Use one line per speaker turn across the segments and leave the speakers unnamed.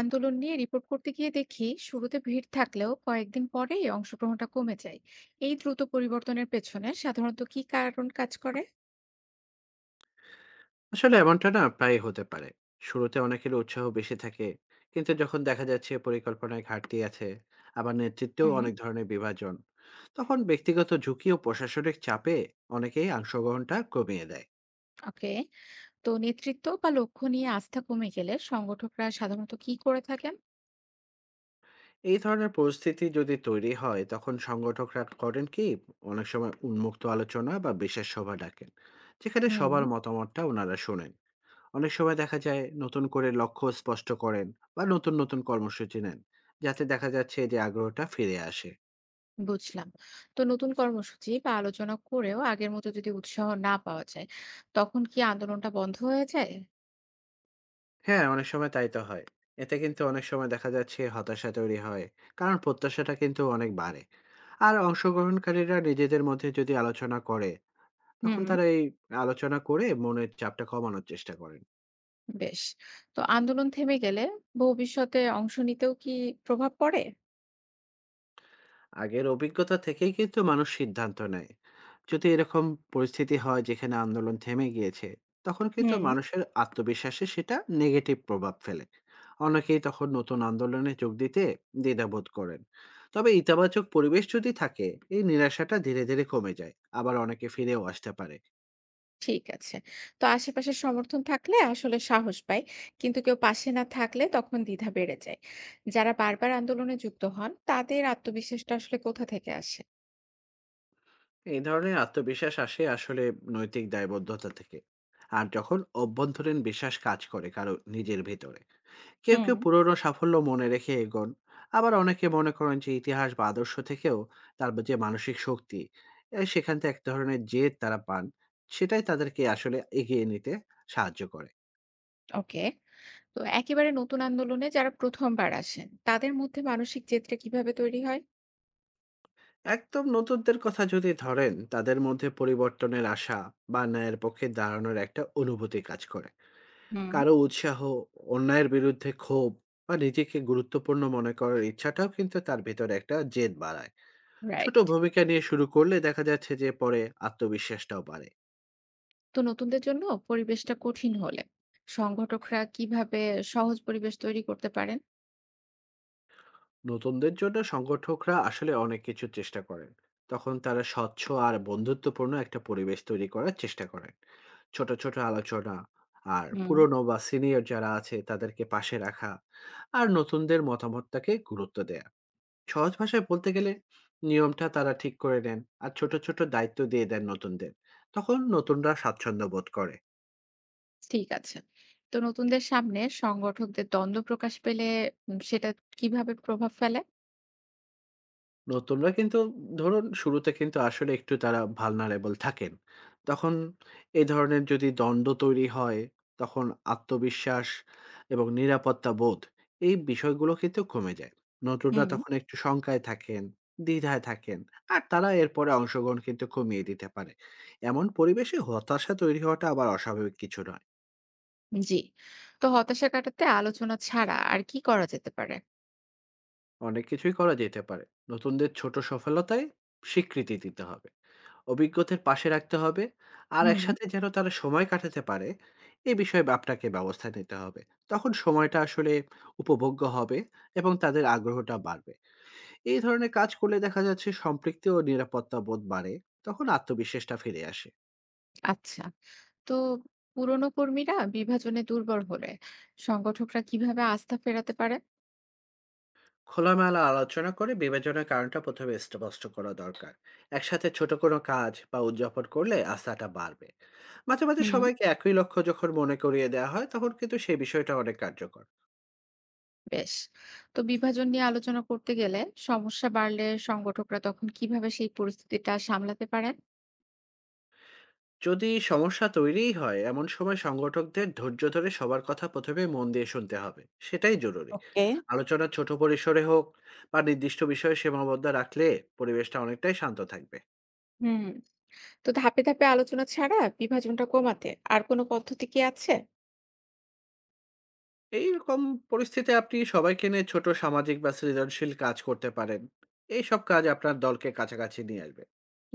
আন্দোলন নিয়ে রিপোর্ট করতে গিয়ে দেখি শুরুতে ভিড় থাকলেও কয়েকদিন পরেই অংশগ্রহণটা কমে যায়। এই দ্রুত পরিবর্তনের পেছনে সাধারণত কি কারণ কাজ করে?
আসলে এমনটা না প্রায়ই হতে পারে। শুরুতে অনেকের উৎসাহ বেশি থাকে। কিন্তু যখন দেখা যাচ্ছে পরিকল্পনায় ঘাটতি আছে, আবার নেতৃত্বেও
হুম।
অনেক ধরনের বিভাজন, তখন ব্যক্তিগত ঝুঁকি ও প্রশাসনিক চাপে অনেকেই অংশগ্রহণটা কমিয়ে দেয়।
ওকে। তো নেতৃত্ব বা লক্ষ্য নিয়ে আস্থা কমে গেলে সংগঠকরা সাধারণত কি করে থাকেন?
এই ধরনের পরিস্থিতি যদি তৈরি হয়, তখন সংগঠকরা করেন কি, অনেক সময় উন্মুক্ত আলোচনা বা বিশেষ সভা ডাকেন, যেখানে
হুম।
সবার মতামতটা ওনারা শোনেন। অনেক সময় দেখা যায় নতুন করে লক্ষ্য স্পষ্ট করেন বা নতুন নতুন কর্মসূচি নেন যাতে দেখা যাচ্ছে যে আগ্রহটা ফিরে আসে।
বুঝলাম। তো নতুন কর্মসূচি বা আলোচনা করেও আগের মতো যদি উৎসাহ না পাওয়া যায়, তখন কি আন্দোলনটা বন্ধ হয়ে যায়?
হ্যাঁ, অনেক সময় তাই তো হয়। এতে কিন্তু অনেক সময় দেখা যাচ্ছে হতাশা তৈরি হয়, কারণ প্রত্যাশাটা কিন্তু অনেক বাড়ে। আর অংশগ্রহণকারীরা নিজেদের মধ্যে যদি আলোচনা করে তখন
হুম।
তারা এই আলোচনা করে মনের চাপটা কমানোর চেষ্টা করেন।
বেশ। তো আন্দোলন থেমে গেলে ভবিষ্যতে অংশ নিতেও কি প্রভাব পড়ে?
আগের অভিজ্ঞতা থেকেই কিন্তু মানুষ সিদ্ধান্ত নেয়। যদি এরকম পরিস্থিতি হয় যেখানে আন্দোলন থেমে গিয়েছে, তখন কিন্তু
হুম।
মানুষের আত্মবিশ্বাসে সেটা নেগেটিভ প্রভাব ফেলে। অনেকেই তখন নতুন আন্দোলনে যোগ দিতে দ্বিধাবোধ করেন। তবে ইতিবাচক পরিবেশ যদি থাকে, এই নিরাশাটা ধীরে ধীরে কমে যায়। আবার অনেকে ফিরেও আসতে পারে।
ঠিক আছে। তো আশেপাশের সমর্থন থাকলে আসলে সাহস পাই। কিন্তু কেউ পাশে না থাকলে তখন দ্বিধা বেড়ে যায়। যারা বারবার আন্দোলনে যুক্ত হন তাদের আত্মবিশ্বাসটা আসলে কোথা থেকে আসে?
এই ধরনের আত্মবিশ্বাস আসে আসলে নৈতিক দায়বদ্ধতা থেকে। আর যখন অভ্যন্তরীণ বিশ্বাস কাজ করে কারো নিজের ভেতরে। কেউ
হুম।
কেউ পুরনো সাফল্য মনে রেখে এগোন। আবার অনেকে মনে করেন যে ইতিহাস বা আদর্শ থেকেও তার যে মানসিক শক্তি, সেখান থেকে এক ধরনের জেদ তারা পান, সেটাই তাদেরকে আসলে এগিয়ে নিতে সাহায্য করে।
ওকে। তো একেবারে নতুন আন্দোলনে যারা প্রথমবার আসেন তাদের মধ্যে মানসিক জেদটা কিভাবে তৈরি হয়?
একদম নতুনদের কথা যদি ধরেন, তাদের মধ্যে পরিবর্তনের আশা বা ন্যায়ের পক্ষে দাঁড়ানোর একটা অনুভূতি কাজ করে।
হুম।
কারো উৎসাহ, অন্যায়ের বিরুদ্ধে ক্ষোভ বা নিজেকে গুরুত্বপূর্ণ মনে করার ইচ্ছাটাও কিন্তু তার ভেতরে একটা জেদ বাড়ায়। ছোট
রাইট।
ভূমিকা নিয়ে শুরু করলে দেখা যাচ্ছে যে পরে আত্মবিশ্বাসটাও বাড়ে।
তো নতুনদের জন্য পরিবেশটা কঠিন হলে সংগঠকরা কিভাবে সহজ পরিবেশ তৈরি করতে পারেন?
নতুনদের জন্য সংগঠকরা আসলে অনেক কিছু চেষ্টা করেন। তখন তারা স্বচ্ছ আর বন্ধুত্বপূর্ণ একটা পরিবেশ তৈরি করার চেষ্টা করেন। ছোট ছোট আলোচনা, আর পুরনো বা সিনিয়র যারা আছে তাদেরকে পাশে রাখা, আর নতুনদের মতামতটাকে গুরুত্ব দেয়া। সহজ ভাষায় বলতে গেলে, নিয়মটা তারা ঠিক করে নেন আর ছোট ছোট দায়িত্ব দিয়ে দেন নতুনদের। তখন নতুনরা স্বাচ্ছন্দ্য বোধ করে।
ঠিক আছে। তো নতুনদের সামনে সংগঠকদের দ্বন্দ্ব প্রকাশ পেলে সেটা কিভাবে প্রভাব ফেলে?
নতুনরা কিন্তু, ধরুন, শুরুতে কিন্তু আসলে একটু তারা ভালনারেবল থাকেন। তখন এই ধরনের যদি দ্বন্দ্ব তৈরি হয়, তখন আত্মবিশ্বাস এবং নিরাপত্তা বোধ, এই বিষয়গুলো কিন্তু কমে যায়। নতুনরা
হুম।
তখন একটু শঙ্কায় থাকেন, দ্বিধায় থাকেন, আর তারা এরপরে অংশগ্রহণ কিন্তু কমিয়ে দিতে পারে। এমন পরিবেশে হতাশা তৈরি হওয়াটা আবার অস্বাভাবিক কিছু নয়।
জি। তো হতাশা কাটাতে আলোচনা ছাড়া আর কি করা যেতে পারে?
অনেক কিছুই করা যেতে পারে। নতুনদের ছোট সফলতায় স্বীকৃতি দিতে হবে। অভিজ্ঞদের পাশে রাখতে হবে আর
হুম।
একসাথে যেন তারা সময় কাটাতে পারে এ বিষয়ে আপনাকে ব্যবস্থা নিতে হবে। তখন সময়টা আসলে উপভোগ্য হবে এবং তাদের আগ্রহটা বাড়বে। এই ধরনের কাজ করলে দেখা যাচ্ছে সম্পৃক্তি ও নিরাপত্তা বোধ বাড়ে, তখন আত্মবিশ্বাসটা ফিরে আসে।
আচ্ছা। তো পুরনো কর্মীরা বিভাজনে দুর্বল হলে সংগঠকরা কিভাবে আস্থা ফেরাতে পারে?
খোলামেলা আলোচনা করে বিবেচনার কারণটা প্রথমে স্পষ্ট করা দরকার। একসাথে ছোট কোনো কাজ বা উদযাপন করলে আস্থাটা বাড়বে। মাঝে মাঝে
হুম।
সবাইকে একই লক্ষ্য যখন মনে করিয়ে দেওয়া হয়, তখন কিন্তু সেই বিষয়টা অনেক কার্যকর।
বেশ। তো বিভাজন নিয়ে আলোচনা করতে গেলে সমস্যা বাড়লে সংগঠকরা তখন কিভাবে সেই পরিস্থিতিটা সামলাতে পারেন?
যদি সমস্যা তৈরিই হয়, এমন সময় সংগঠকদের ধৈর্য ধরে সবার কথা প্রথমে মন দিয়ে শুনতে হবে, সেটাই জরুরি।
ওকে।
আলোচনা ছোট পরিসরে হোক বা নির্দিষ্ট বিষয়ে সীমাবদ্ধ রাখলে পরিবেশটা অনেকটাই শান্ত থাকবে।
হুম। তো ধাপে ধাপে আলোচনা ছাড়া বিভাজনটা কমাতে আর কোনো পদ্ধতি কি আছে?
এইরকম পরিস্থিতি আপনি সবাইকে নিয়ে ছোট সামাজিক বা সৃজনশীল কাজ করতে পারেন। এই সব কাজ আপনার দলকে কাছাকাছি নিয়ে আসবে।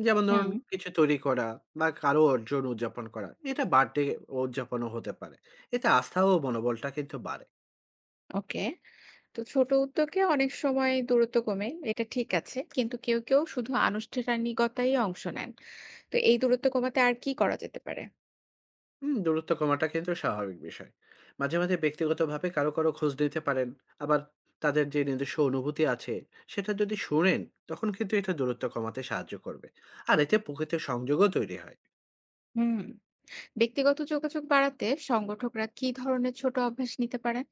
যেমন
হুম।
ধরুন, কিছু তৈরি করা বা কারো অর্জন উদযাপন করা, এটা বার্থডে উদযাপনও হতে পারে। এতে আস্থা ও মনোবলটা কিন্তু বাড়ে।
ওকে। তো ছোট উদ্যোগে অনেক সময় দূরত্ব কমে, এটা ঠিক আছে, কিন্তু কেউ কেউ শুধু আনুষ্ঠানিকতায় অংশ নেন। তো এই দূরত্ব কমাতে আর কি করা যেতে পারে?
হুম, দূরত্ব কমাটা কিন্তু স্বাভাবিক বিষয়। মাঝে মাঝে ব্যক্তিগতভাবে কারো কারো খোঁজ নিতে পারেন। আবার তাদের যে নিজস্ব অনুভূতি আছে সেটা যদি শোনেন, তখন কিন্তু এটা দূরত্ব কমাতে সাহায্য করবে। আর এতে প্রকৃত সংযোগও তৈরি হয়।
হুম। ব্যক্তিগত যোগাযোগ বাড়াতে সংগঠকরা কি ধরনের ছোট অভ্যাস নিতে পারেন?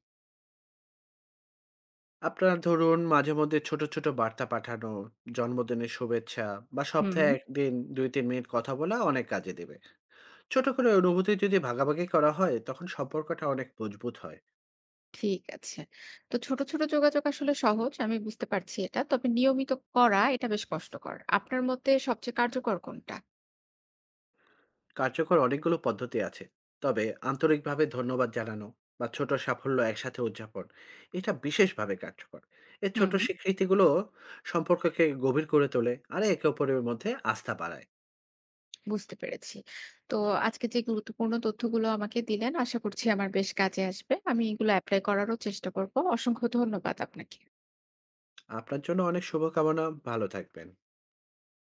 আপনার, ধরুন, মাঝে মধ্যে ছোট ছোট বার্তা পাঠানো, জন্মদিনের শুভেচ্ছা বা
হুম।
সপ্তাহে একদিন 2-3 মিনিট কথা বলা অনেক কাজে দেবে। ছোট করে অনুভূতি যদি ভাগাভাগি করা হয় তখন সম্পর্কটা অনেক মজবুত হয়।
ঠিক আছে। তো ছোট ছোট যোগাযোগ আসলে সহজ, আমি বুঝতে পারছি এটা, তবে নিয়মিত করা এটা বেশ কষ্টকর। আপনার মতে সবচেয়ে কার্যকর কোনটা?
কার্যকর অনেকগুলো পদ্ধতি আছে, তবে আন্তরিকভাবে ধন্যবাদ জানানো বা ছোট সাফল্য একসাথে উদযাপন, এটা বিশেষভাবে কার্যকর। এই ছোট
হুম।
স্বীকৃতিগুলো সম্পর্ককে গভীর করে তোলে আর একে অপরের মধ্যে আস্থা বাড়ায়।
বুঝতে পেরেছি। তো আজকে যে গুরুত্বপূর্ণ তথ্যগুলো আমাকে দিলেন আশা করছি আমার বেশ কাজে আসবে। আমি এগুলো এপ্লাই করারও চেষ্টা করব। অসংখ্য ধন্যবাদ আপনাকে।
আপনার জন্য অনেক শুভকামনা, ভালো থাকবেন।